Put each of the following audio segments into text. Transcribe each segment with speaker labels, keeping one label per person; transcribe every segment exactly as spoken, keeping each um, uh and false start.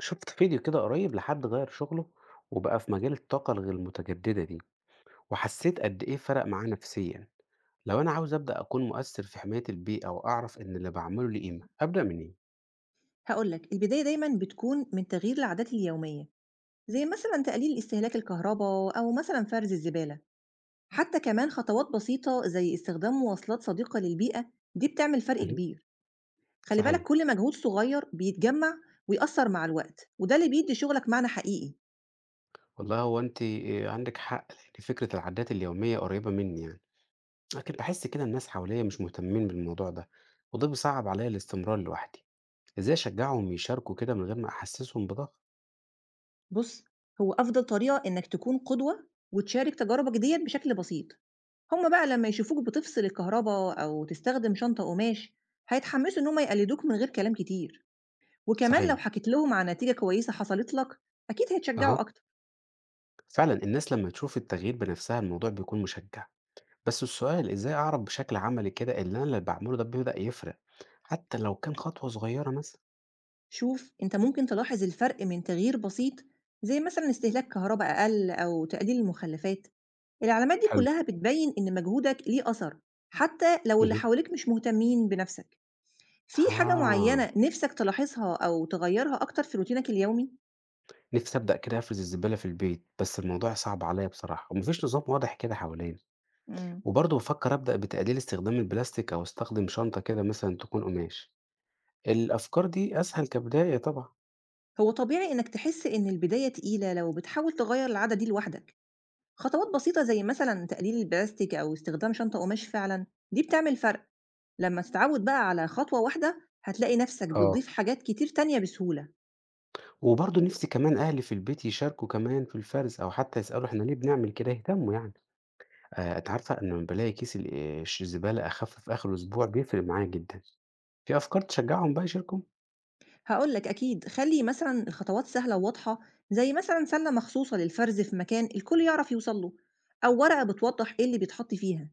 Speaker 1: شُفت فيديو كده قريب لحد غيّر شغله وبقى في مجال الطاقة الغير المتجددة دي، وحسيت قد إيه فرق معاه نفسيًا. لو أنا عاوز أبدأ أكون مؤثر في حماية البيئة وأعرف إن اللي باعمله ليه قيمة، أبدأ منين؟
Speaker 2: هاقول لك، البداية دايمًا بتكون من تغيير العادات اليومية، زي مثلًا تقليل استهلاك الكهرباء أو مثلًا فرز الزبالة، حتى كمان خطوات بسيطة زي استخدام مواصلات صديقة للبيئة دي بتعمل فرق
Speaker 1: اهم.
Speaker 2: كبير، خلي بالك
Speaker 1: صحيح،
Speaker 2: كل مجهود صغير بيتجمّع ويأثّر مع الوقت، وده اللي بيدّي شغلك معنى حقيقي،
Speaker 1: والله هو أنتِ آآ عندِك حق، لإن فكرة العادات اليومية قريبة مني يعني، لكن باحس كده الناس حواليّا مش مهتمين بالموضوع ده، وده بيصعّب عليّا الاستمرار لوحدي. إزاي أشجّعهم يشاركوا كده من غير ما أحسسهم بضغط؟
Speaker 2: بُص هو أفضل طريقة إنك تكون قدوة وتشارك تجاربك ديّة بشكل بسيط، هُم بقى لمّا يشوفوك بتفصل الكهربا أو تستخدم شنطة قماش هيتحمسوا إن هُم يقلدوك من غير كلام كتير. وكمان لو
Speaker 1: صحيح،
Speaker 2: حكيت لهم عن نتيجة كويسة حصلت لك أكيد هيتشجعوا
Speaker 1: أها،
Speaker 2: أكتر.
Speaker 1: فعلًا الناس لمّا تشوف التغيير بنفسها الموضوع بيكون مشجّع. بس السؤال إزاي أعرف بشكل عملي كده إن أنا اللي بعمله ده بيبدأ يفرق حتى لو كان خطوة صغيرة مثلا.
Speaker 2: شوف أنت ممكن تلاحظ الفرق من تغيير بسيط، زي مثلا استهلاك كهرباء أقل أو تقليل المخلفات. العلامات دي
Speaker 1: حلو.
Speaker 2: كلها بتبين إن مجهودك ليه أثر حتى لو اللي
Speaker 1: مهم.
Speaker 2: حواليك مش مهتمين بنفسك. في حاجة
Speaker 1: آه،
Speaker 2: معينة نفسك تلاحظها أو تغيرها أكتر في روتينك اليومي؟
Speaker 1: نفسي أبدأ كده أفرز الزبالة في البيت بس الموضوع صعب عليا بصراحة ومفيش نظام واضح كده حواليا،
Speaker 2: مم.
Speaker 1: وبرضه بفكر أبدأ بتقليل استخدام البلاستيك أو أستخدم شنطة كده مثلا تكون قماش. الأفكار دي أسهل كبداية طبعا.
Speaker 2: هو طبيعي إنك تحس إن البداية تقيلة لو بتحاول تغير العادة دي لوحدك. خطوات بسيطة زي مثلا تقليل البلاستيك أو استخدام شنطة قماش فعلا دي بتعمل فرق. لما تتعود بقى على خطوة واحدة هتلاقي نفسك
Speaker 1: اه،
Speaker 2: بتضيف حاجات كتير تانية بسهولة.
Speaker 1: وبرضه نفسي كمان أهلي في البيت يشاركوا كمان في الفرز أو حتى يسألوا إحنا ليه بنعمل كده يهتموا يعني. آآ أنتِ عارفة أنا لمّا بالاقي كيس ال آآ ش الزبالة أخف في آخر الأسبوع بيفرق معايا جدًا. في أفكار تشجّعهم بقى يشاركوا؟
Speaker 2: هقولك أكيد خلي مثلا الخطوات سهلة وواضحة، زي مثلا سلة مخصوصة للفرز في مكان الكل يعرف يوصل له، أو ورقة بتوضح إيه اللي بيتحط فيها.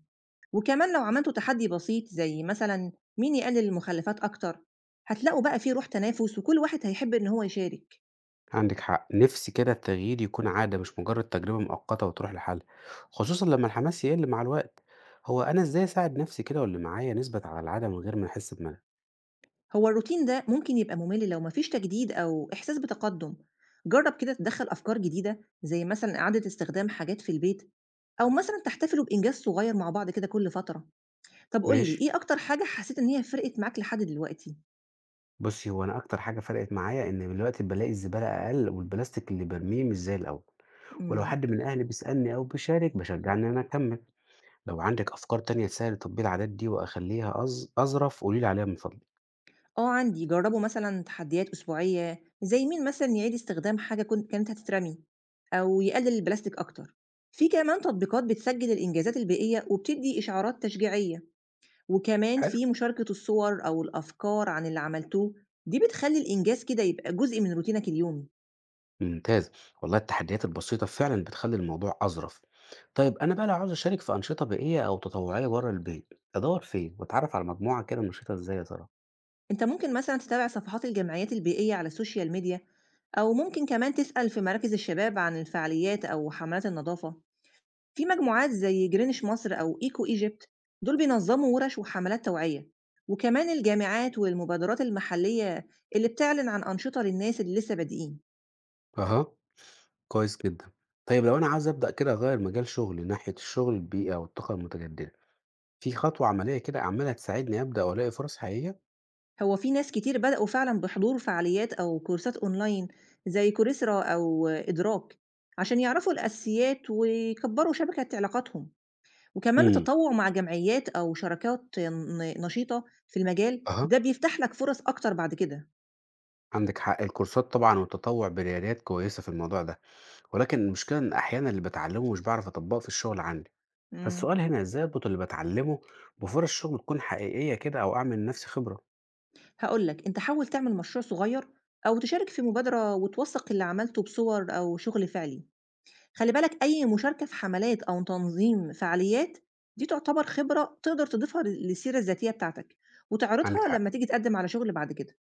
Speaker 2: وكمان لو عملتوا تحدي بسيط زي مثلا مين يقلل المخلفات أكتر، هتلاقوا بقى فيه روح تنافس وكل واحد هيحب إن هو يشارك.
Speaker 1: عندِك حق، نفسي كده التغيير يكون عادة مش مجرد تجربة مؤقتة وتروح لحالها، خصوصًا لمّا الحماس يقل مع الوقت. هو أنا إزاي أساعد نفسي كده واللي معايا نثبت على العادة من غير ما نحس بملل؟
Speaker 2: هو الروتين ده ممكن يبقى ممل لو مفيش تجديد أو إحساس بتقدُّم، جرّب كده تدخّل أفكار جديدة زي مثلًا إعادة استخدام حاجات في البيت أو مثلًا تحتفلوا بإنجاز صغير مع بعض كده كل فترة. طب قُل لي
Speaker 1: ماشي،
Speaker 2: إيه أكتر حاجة حسّيت إن هي فرقِت معاك لحد دلوقتي؟
Speaker 1: بُصّي هو أنا أكتر حاجة فرقت معايا إن دلوقتي بالاقي الزبالة أقل والبلاستيك اللي بارميه مش زي الأول، ولو
Speaker 2: إمم،
Speaker 1: حد من أهلي بيسألني أو بيشارك باشجّاه إن أنا أكمّل. لو عندِك أفكار تانية تسهّل تطبيق العادات دي وأخلّيها أظ أظرف قولي لي عليها من فضلِك.
Speaker 2: آه عندي، جرّبوا مثلًا تحديات أسبوعية زي مين مثلًا يعيد استخدام حاجة كن كانت هتترمي أو يقلِّل البلاستيك أكتر. في كمان تطبيقات بتسجّل الإنجازات البيئية وبتدّي إشعارات تشجيعية. وكمان
Speaker 1: حلو.
Speaker 2: في مشاركة الصور أو الأفكار عن اللي عملتوه. دي بتخلي الإنجاز كده يبقى جزء من روتينك اليومي.
Speaker 1: ممتاز، والله التحديات البسيطة فعلًا بتخلّي الموضوع أظرف. طيب أنا بقى لو عاوز أشارك في أنشطة بيئية أو تطوعية برّه البيت، أدوّر فين وأتعرّف على مجموعة كده نشيطة إزاي يا ترى؟
Speaker 2: أنت ممكن مثلا تتابع صفحات الجمعيات البيئية على السوشيال ميديا، أو ممكن كمان تسأل في مراكز الشباب عن الفعاليات أو حملات النظافة. في مجموعات زي جرينش مصر أو إيكو إيجيبت، دول بينظموا ورش وحملات توعية، وكمان الجامعات والمبادرات المحلية اللي بتعلن عن أنشطة للناس اللي لسه بادئين.
Speaker 1: أها، كويس جدًا. طيب لو أنا عاوز أبدأ كده أغيّر مجال شغلي ناحية الشغل البيئي أو الطاقة المتجددة، في خطوة عملية كده أعملها تساعدني أبدأ وألاقي فرص حقيقية؟
Speaker 2: هو في ناس كتير بدأوا فعلًا بحضور فعاليات أو كورسات أونلاين زي كورسيرا أو إدراك، عشان يعرفوا الأساسيات ويكبّروا شبكة علاقاتهم، وكمان
Speaker 1: إمم،
Speaker 2: التطوع مع جمعيات أو شراكات ن نشيطة في المجال،
Speaker 1: أها،
Speaker 2: ده بيفتح لك فرص أكتر بعد كده.
Speaker 1: عندِك حق، الكورسات طبعًا والتطوع بريادات كويسة في الموضوع ده. ولكن المشكلة إن أحيانا اللي بتعلمه مش بعرف أطبقه في الشغل عندي،
Speaker 2: امم.
Speaker 1: فالسؤال هنا إزاي أربط اللي بتعلمه بفرص شغل تكون حقيقية كده أو أعمل لنفسي خبرة.
Speaker 2: هاقول لك، أنت حاول تعمل مشروع صغير أو تشارك في مبادرة وتوثّق اللي عملته بصور أو شغل فعلي. خلّي بالك أي مشاركة في حملات أو تنظيم فعاليات، دي تعتبر خبرة تقدر تضيفها ل للسيرة الذاتية بتاعتك،
Speaker 1: عندك
Speaker 2: وتعرضها
Speaker 1: حق،
Speaker 2: لمّا تيجي تقدّم على شغل بعد كده.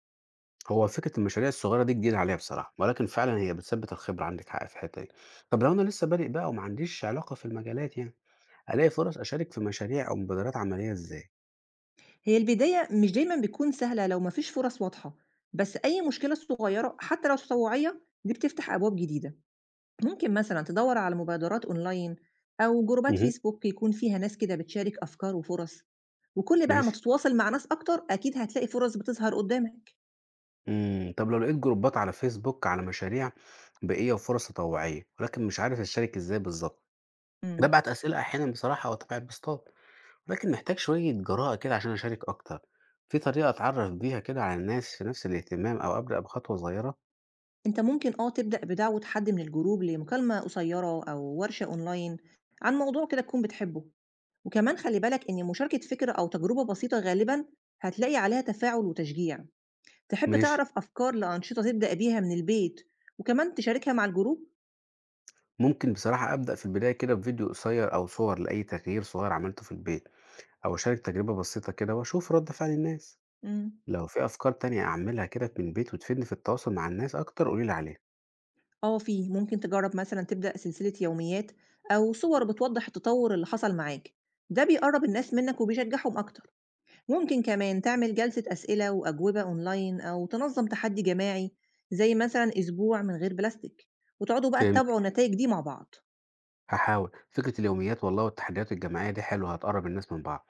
Speaker 1: هو فكرة المشاريع الصغيرة دي جديدة عليا بصراحة ولكن فعلا هي بتثبت الخبرة، عندك حق في الحتة دي. طب لو أنا لسه بادئ بقى وما عنديش علاقة في المجالات يعني ألاقي فرص أشارك في مشاريع أو مبادرات عملية إزاي؟
Speaker 2: هي البداية مش دايمًا بتكون سهلة لو ما فيش فرص واضحة، بس أي مشكلة صغيرة حتى لو تطوعية، دي بتفتح أبواب جديدة. ممكن مثلًا تدوّر على مبادرات أونلاين أو جروبات
Speaker 1: مه.
Speaker 2: فيسبوك يكون فيها ناس كده بتشارك أفكار وفرص، وكل بقى ما
Speaker 1: ماشي.
Speaker 2: تتواصل مع ناس أكتر، أكيد هتلاقي فرص بتظهر قدّامك.
Speaker 1: مم. طب لو لقيت جروبات على فيسبوك على مشاريع بيئية وفرص تطوعية ولكن مش عارف أشارك إزاي بالظبط،
Speaker 2: إمم.
Speaker 1: ببعت أسئلة أحيانا بصراحة وأتابع بوستات، لكن محتاج شوية جراءة كده عشان أشارك أكتر، في طريقة أتعرف بيها كده على الناس في نفس الاهتمام أو أبدأ بخطوة صغيرة؟
Speaker 2: أنت ممكن آه تبدأ بدعوة حد من الجروب لمكالمة قصيرة أو ورشة أونلاين عن موضوع كده تكون بتحبه. وكمان خلي بالك إن مشاركة فكرة أو تجربة بسيطة غالبا هتلاقي عليها تفاعل وتشجيع. تحب
Speaker 1: ماشي،
Speaker 2: تعرف أفكار لأنشطة تبدأ بيها من البيت وكمان تشاركها مع الجروب؟
Speaker 1: ممكن بصراحة أبدأ في البداية كده بفيديو قصير أو صور لأي تغيير صغير عملته في البيت، أو أشارك تجربة بسيطة كده وأشوف رد فعل الناس،
Speaker 2: امم.
Speaker 1: لو في أفكار تانية أعملها كده من البيت وتفيدني في التواصل مع الناس أكتر قولي لي عليها.
Speaker 2: آه في، ممكن تجرب مثلا تبدأ سلسلة يوميات أو صور بتوضح التطور اللي حصل معاك، ده بيقرب الناس منك وبيشجعهم أكتر. ممكن كمان تعمل جلسة أسئلة وأجوبة أونلاين أو تنظم تحدي جماعي زي مثلا أسبوع من غير بلاستيك، وتقعدوا بقى
Speaker 1: فهمت،
Speaker 2: تتابعوا النتائج دي مع بعض.
Speaker 1: هحاول، فكرة اليوميات والله والتحديات الجماعية دي حلوة هتقرب الناس من بعض،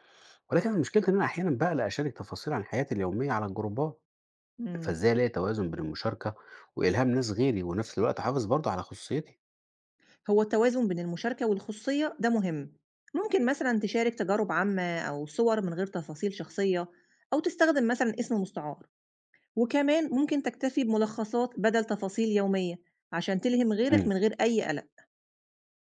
Speaker 1: ولكن مشكلتي إن أنا أحيانا بقلق أشارك تفاصيل عن حياتي اليومية على الجروبات.
Speaker 2: امم.
Speaker 1: فإزاي ألاقي توازن بين المشاركة وإلهام ناس غيري وفي الوقت أحافظ برضه على خصوصيتي؟
Speaker 2: هو التوازن بين المشاركة والخصوصية ده مهم. ممكن مثلا تشارك تجارب عامة أو صور من غير تفاصيل شخصية، أو تستخدم مثلا اسم مستعار، وكمان ممكن تكتفي بملخصات بدل تفاصيل يومية عشان تلهم غيرك
Speaker 1: امم،
Speaker 2: من غير أي قلق.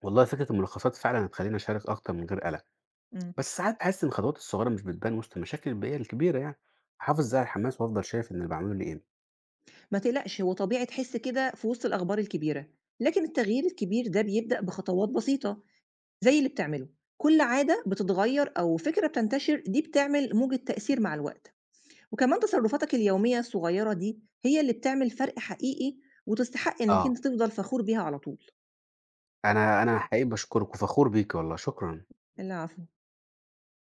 Speaker 1: والله فكرة الملخصات فعلا هتخليني أشارك أكتر من غير قلق،
Speaker 2: مم.
Speaker 1: بس ساعات بحس إن الخطوات الصغيرة مش بتبان وسط المشاكل البيئية الكبيرة يعني، أحافظ إزاي على الحماس وأفضل شايف إن اللي بعمله ليه قيمة؟
Speaker 2: ما تقلقش هو طبيعي تحس كده في وسط الأخبار الكبيرة، لكن التغيير الكبير ده بيبدأ بخطوات بسيطة زي اللي بتعمله. كل عادة بتتغير أو فكرة بتنتشر دي بتعمل موجة تأثير مع الوقت، وكمان تصرفاتك اليومية الصغيرة دي هي اللي بتعمل فرق حقيقي وتستحق إنك
Speaker 1: اه،
Speaker 2: أنت تفضل فخور بيها على طول.
Speaker 1: أنا أنا حقيقي بشكرك وفخور بيك والله شكرا.
Speaker 2: العفو.